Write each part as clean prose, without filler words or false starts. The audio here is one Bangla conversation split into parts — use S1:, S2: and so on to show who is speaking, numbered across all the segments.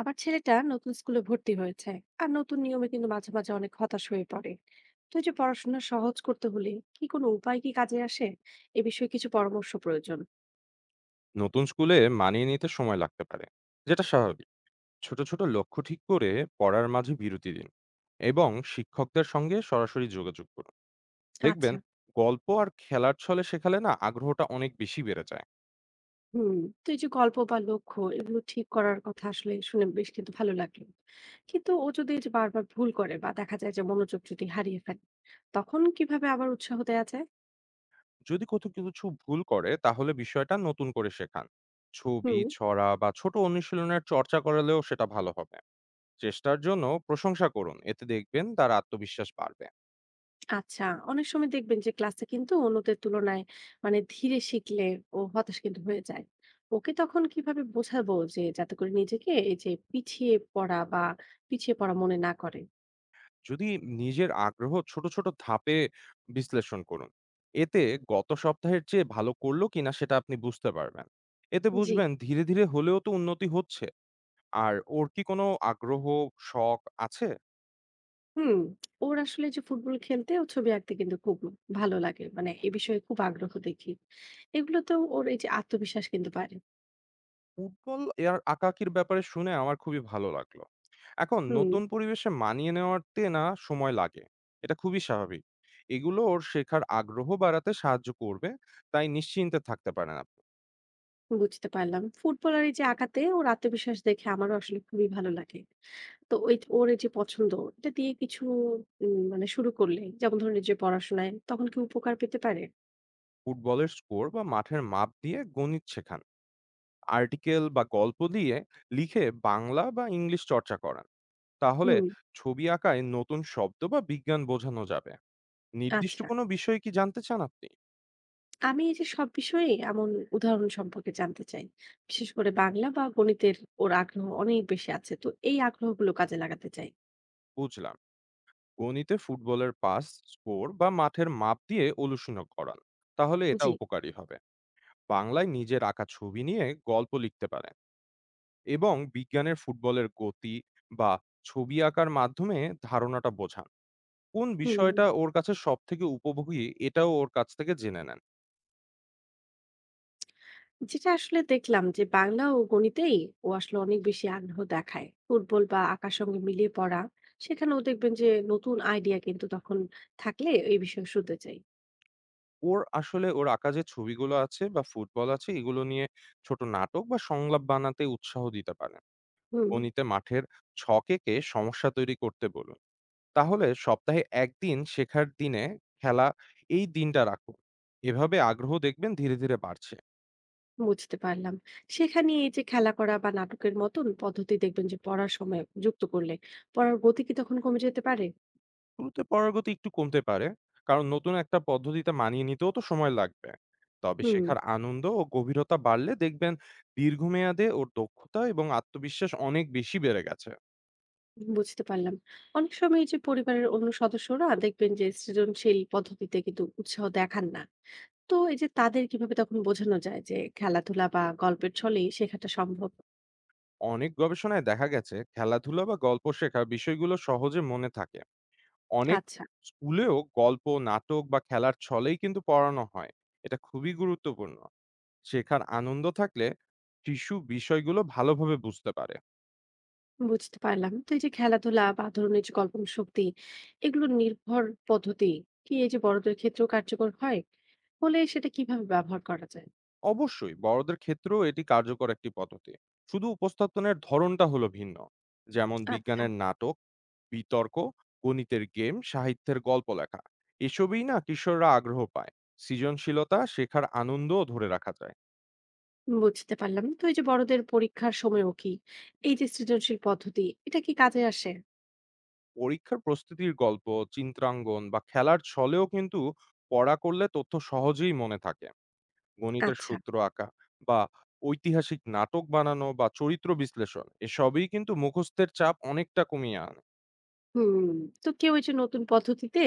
S1: আমার ছেলেটা নতুন স্কুলে ভর্তি হয়েছে আর নতুন নিয়মে কিন্তু মাঝে মাঝে অনেক হতাশ হয়ে পড়ে। তো এই যে পড়াশোনা সহজ করতে হলে কি কোনো উপায় কি কাজে আসে, এ বিষয়ে কিছু পরামর্শ প্রয়োজন।
S2: নতুন স্কুলে মানিয়ে নিতে সময় লাগতে পারে, যেটা স্বাভাবিক। ছোট ছোট লক্ষ্য ঠিক করে পড়ার মাঝে বিরতি দিন এবং শিক্ষকদের সঙ্গে সরাসরি যোগাযোগ করুন।
S1: আচ্ছা।
S2: দেখবেন, গল্প আর খেলার ছলে শেখালে না আগ্রহটা অনেক বেশি বেড়ে যায়।
S1: হুম, তো এই যে গল্প বা লক্ষ্য এগুলো ঠিক করার কথা আসলে শুনে বেশ কিন্তু ভালো লাগলো। কিন্তু ও যদি এই যে বারবার ভুল করে বা দেখা যায় যে মনোযোগ যদি হারিয়ে ফেলে, তখন কিভাবে আবার উৎসাহ দেওয়া যায়?
S2: যদি কোথাও কিছু ভুল করে তাহলে বিষয়টা নতুন করে শেখান। ছবি,
S1: হুম।
S2: ছড়া বা ছোট অনুশীলনের চর্চা করালেও সেটা ভালো হবে। চেষ্টার জন্য প্রশংসা করুন, এতে দেখবেন তার আত্মবিশ্বাস বাড়বে।
S1: আচ্ছা, অনেক সময় দেখবেন যে ক্লাসে কিন্তু অন্যদের তুলনায় মানে ধীরে শিখলে ও হতাশ কিন্তু হয়ে যায়। ওকে তখন কিভাবে বোঝাবো যে যাতে করে নিজেকে এই যে পিছিয়ে পড়া বা পিছিয়ে পড়া মনে না করে?
S2: যদি নিজের আগ্রহ ছোট, ছোট ধাপে বিশ্লেষণ করুন। এতে গত সপ্তাহের চেয়ে ভালো করল কিনা সেটা আপনি বুঝতে পারবেন। এতে
S1: জি।
S2: বুঝবেন ধীরে, ধীরে হলেও তো উন্নতি হচ্ছে। আর ওর কি কোনো আগ্রহ, শখ আছে?
S1: হুম, ওর আসলে যে ফুটবল খেলতে ও ছবি আঁকতে কিন্তু খুব ভালো লাগে, মানে এ বিষয়ে খুব আগ্রহ দেখি। এগুলোতেও ওর এই যে আত্মবিশ্বাস কিন্তু বাড়ে।
S2: ফুটবল আর আঁকাআঁকির ব্যাপারে শুনে আমার খুবই ভালো লাগলো। এখন
S1: হুম।
S2: নতুন পরিবেশে মানিয়ে নেওয়াতে না সময় লাগে। এটা খুবই স্বাভাবিক। এগুলো ওর শেখার আগ্রহ বাড়াতে সাহায্য করবে। তাই নিশ্চিন্তে থাকতে পারেন আপনি।
S1: বুঝতে পারলাম। ফুটবলার এই যে আঁকাতে ওর আত্মবিশ্বাস দেখে আমারও আসলে খুবই ভালো লাগে। তো ওই ওর এই যে পছন্দ এটা দিয়ে কিছু মানে শুরু করলে যেমন ধরুন এই যে পড়াশোনায় তখন কি উপকার পেতে পারে?
S2: ফুটবলের স্কোর বা মাঠের মাপ দিয়ে গণিত শেখান। আর্টিকেল বা গল্প দিয়ে লিখে বাংলা বা ইংলিশ চর্চা করান। তাহলে
S1: হুম।
S2: ছবি আঁকায় নতুন শব্দ বা বিজ্ঞান বোঝানো যাবে। নির্দিষ্ট
S1: আচ্ছা।
S2: কোনো বিষয় কি জানতে চান আপনি?
S1: আমি এই যে সব বিষয়ে এমন উদাহরণ সম্পর্কে জানতে চাই। বিশেষ করে বাংলা বা গণিতের ওর আগ্রহ অনেক বেশি আছে। তো এই আগ্রহগুলো কাজে লাগাতে চাই।
S2: বুঝলাম। গণিতে ফুটবলের পাস, স্কোর বা মাঠের মাপ দিয়ে অনুশীলন করান, তাহলে এটা
S1: জি।
S2: উপকারী হবে। বাংলায় নিজের আঁকা ছবি নিয়ে গল্প লিখতে পারেন এবং বিজ্ঞানের ফুটবলের গতি বা ছবি আঁকার মাধ্যমে ধারণাটা বোঝান। কোন
S1: হুম,
S2: বিষয়টা ওর কাছে সব থেকে উপভোগী, এটাও ওর কাছ থেকে জেনে নেন।
S1: যেটা আসলে দেখলাম যে বাংলা ও গণিতেই ও আসলে অনেক বেশি আগ্রহ দেখায়। ফুটবল বা আঁকার সঙ্গে মিলিয়ে পড়া, সেখানেও দেখবেন যে নতুন আইডিয়া কিন্তু তখন থাকলে এই বিষয়ে শুনতে চাই।
S2: ওর আসলে ওর আঁকা যে ছবিগুলো আছে বা ফুটবল আছে এগুলো নিয়ে ছোট নাটক বা সংলাপ বানাতে উৎসাহ দিতে পারেন।
S1: হুম।
S2: গণিতে মাঠের ছক এঁকে সমস্যা তৈরি করতে বলুন। তাহলে সপ্তাহে ১ দিন শেখার দিনে খেলা এই দিনটা রাখুন। এভাবে আগ্রহ দেখবেন ধীরে, ধীরে বাড়ছে।
S1: বুঝতে পারলাম। সেখানে এই যে খেলা করা বা নাটকের মতন পদ্ধতি দেখবেন যে পড়ার সময় যুক্ত করলে পড়ার গতি কি তখন কমে যেতে পারে?
S2: শুরুতে পারগতি একটু কমতে পারে। কারণ নতুন একটা পদ্ধতিতে মানিয়ে নিতেও তো সময় লাগবে। তবে
S1: হুম।
S2: শেখার আনন্দ ও গভীরতা বাড়লে দেখবেন দীর্ঘমেয়াদে ওর দক্ষতা এবং আত্মবিশ্বাস অনেক বেশি বেড়ে গেছে।
S1: বুঝতে পারলাম। অনেক সময় এই যে পরিবারের অন্য সদস্যরা দেখবেন যে সৃজনশীল পদ্ধতিতে কিন্তু উৎসাহ দেখান না। তো এই যে তাদের কিভাবে তখন বোঝানো যায় যে খেলাধুলা বা গল্পের ছলেই শেখাটা সম্ভব?
S2: অনেক গবেষণায় দেখা গেছে খেলাধুলা বা গল্প শেখা বিষয়গুলো সহজে মনে থাকে। অনেক
S1: আচ্ছা।
S2: স্কুলেও গল্প, নাটক বা খেলার ছলেই কিন্তু পড়ানো হয়। এটা খুবই গুরুত্বপূর্ণ। শেখার আনন্দ থাকলে শিশু বিষয়গুলো ভালোভাবে বুঝতে পারে।
S1: বুঝতে পারলাম। তো এই যে খেলাধুলা বা ধরুন এই যে কল্পনা শক্তি এগুলো নির্ভর পদ্ধতি কি এই যে বড়দের ক্ষেত্রেও কার্যকর হয়? হলে সেটা কিভাবে ব্যবহার করা যায়?
S2: অবশ্যই বড়দের ক্ষেত্রেও এটি কার্যকর একটি পদ্ধতি। শুধু উপস্থাপনের ধরনটা হলো ভিন্ন। যেমন
S1: আচ্ছা।
S2: বিজ্ঞানের নাটক, বিতর্ক, গণিতের গেম, সাহিত্যের গল্প লেখা এসবই না কিশোররা আগ্রহ পায়। সৃজনশীলতা, শেখার আনন্দও ধরে রাখা যায়।
S1: বুঝতে পারলাম। তো এই যে বড়দের পরীক্ষার সময়ও কি এই যে সৃজনশীল পদ্ধতি এটা কি কাজে আসে?
S2: পরীক্ষার প্রস্তুতির গল্প, চিত্রাঙ্গন বা খেলার ছলেও কিন্তু পড়া করলে তথ্য সহজেই মনে থাকে। গণিতের
S1: আচ্ছা।
S2: সূত্র আঁকা বা ঐতিহাসিক নাটক বানানো বা চরিত্র বিশ্লেষণ এসবই কিন্তু মুখস্থের চাপ অনেকটা কমিয়ে আনে।
S1: হুম, তো কেউ এই যে নতুন পদ্ধতিতে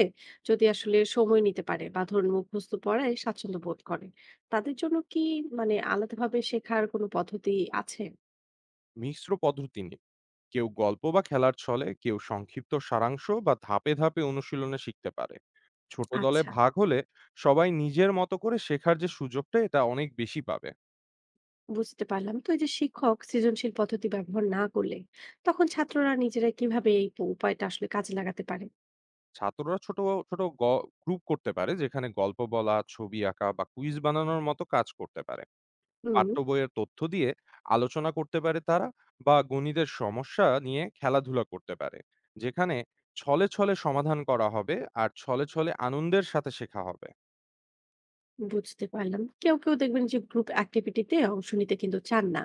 S1: যদি আসলে সময় নিতে পারে বা ধরুন মুখস্থ পড়ায় স্বাচ্ছন্দ্য বোধ করে, তাদের জন্য কি মানে আলাদাভাবে শেখার কোনো পদ্ধতি আছে?
S2: মিশ্র পদ্ধতি নিন। কেউ গল্প বা খেলার ছলে, কেউ সংক্ষিপ্ত সারাংশ বা ধাপে ধাপে অনুশীলনে শিখতে পারে। ছোট দলে
S1: আচ্ছা।
S2: ভাগ হলে সবাই নিজের মতো করে শেখার যে সুযোগটা এটা অনেক বেশি পাবে।
S1: বুঝতে পারলাম, তো এই যে শিক্ষক সৃজনশীল পদ্ধতি ব্যবহার না করলে তখন ছাত্ররা নিজেরা কিভাবে এই উপায়টা আসলে কাজে লাগাতে পারে?
S2: ছাত্ররা ছোট ছোট গ্রুপ করতে পারে যেখানে গল্প বলা, ছবি আঁকা বা কুইজ বানানোর মতো কাজ করতে পারে।
S1: হুম।
S2: পাঠ্য বইয়ের তথ্য দিয়ে আলোচনা করতে পারে তারা, বা গণিতের সমস্যা নিয়ে খেলাধুলা করতে পারে, যেখানে ছলে ছলে সমাধান করা হবে আর ছলে ছলে আনন্দের সাথে শেখা হবে।
S1: বুঝতে পারলাম, কেউ কেউ দেখবেন যে গ্রুপ অ্যাক্টিভিটিতে অংশ নিতে কিন্তু চান না,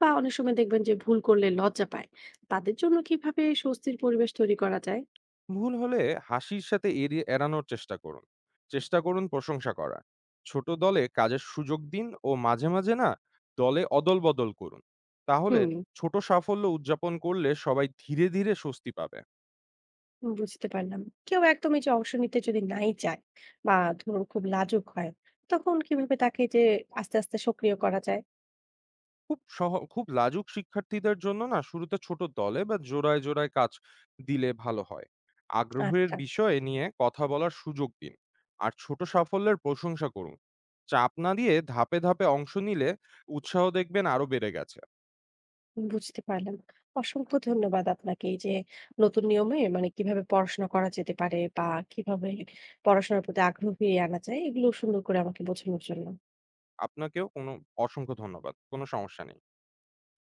S1: বা অনেক সময় দেখবেন যে ভুল করলে লজ্জা পায়। তাদের জন্য কিভাবে স্বস্তির পরিবেশ তৈরি করা যায়?
S2: ভুল হলে হাসির সাথে এড়িয়ে এড়ানোর চেষ্টা করুন। চেষ্টা করুন প্রশংসা করার। ছোট দলে কাজের সুযোগ দিন ও মাঝে মাঝে না দলে অদল বদল করুন। তাহলে
S1: হুম।
S2: ছোট সাফল্য উদযাপন করলে সবাই ধীরে ধীরে স্বস্তি পাবে।
S1: বুঝতে পারলাম। কেউ একদম এই যে অংশ নিতে যদি নাই চায় বা ধরুন খুব লাজুক হয়, তখন কিভাবে তাকে যে আস্তে, আস্তে সক্রিয় করা যায়?
S2: খুব লাজুক শিক্ষার্থীদের জন্য না শুরুতে ছোট দলে বা জোড়ায় জোড়ায় কাজ দিলে ভালো হয়। আগ্রহের
S1: আচ্ছা।
S2: বিষয়ে নিয়ে কথা বলার সুযোগ দিন। আর ছোট সাফল্যের প্রশংসা করুন। চাপ না দিয়ে ধাপে ধাপে অংশ নিলে উৎসাহ দেখবেন আরো বেড়ে গেছে।
S1: বুঝতে পারলাম। অসংখ্য ধন্যবাদ আপনাকে এই যে নতুন নিয়মে মানে কিভাবে পড়াশোনা করা যেতে পারে বা কিভাবে পড়াশোনার প্রতি আগ্রহ ফিরিয়ে আনা যায়, এগুলো সুন্দর করে আমাকে বোঝানোর জন্য।
S2: আপনাকেও কোনো অসংখ্য ধন্যবাদ। কোনো সমস্যা নেই।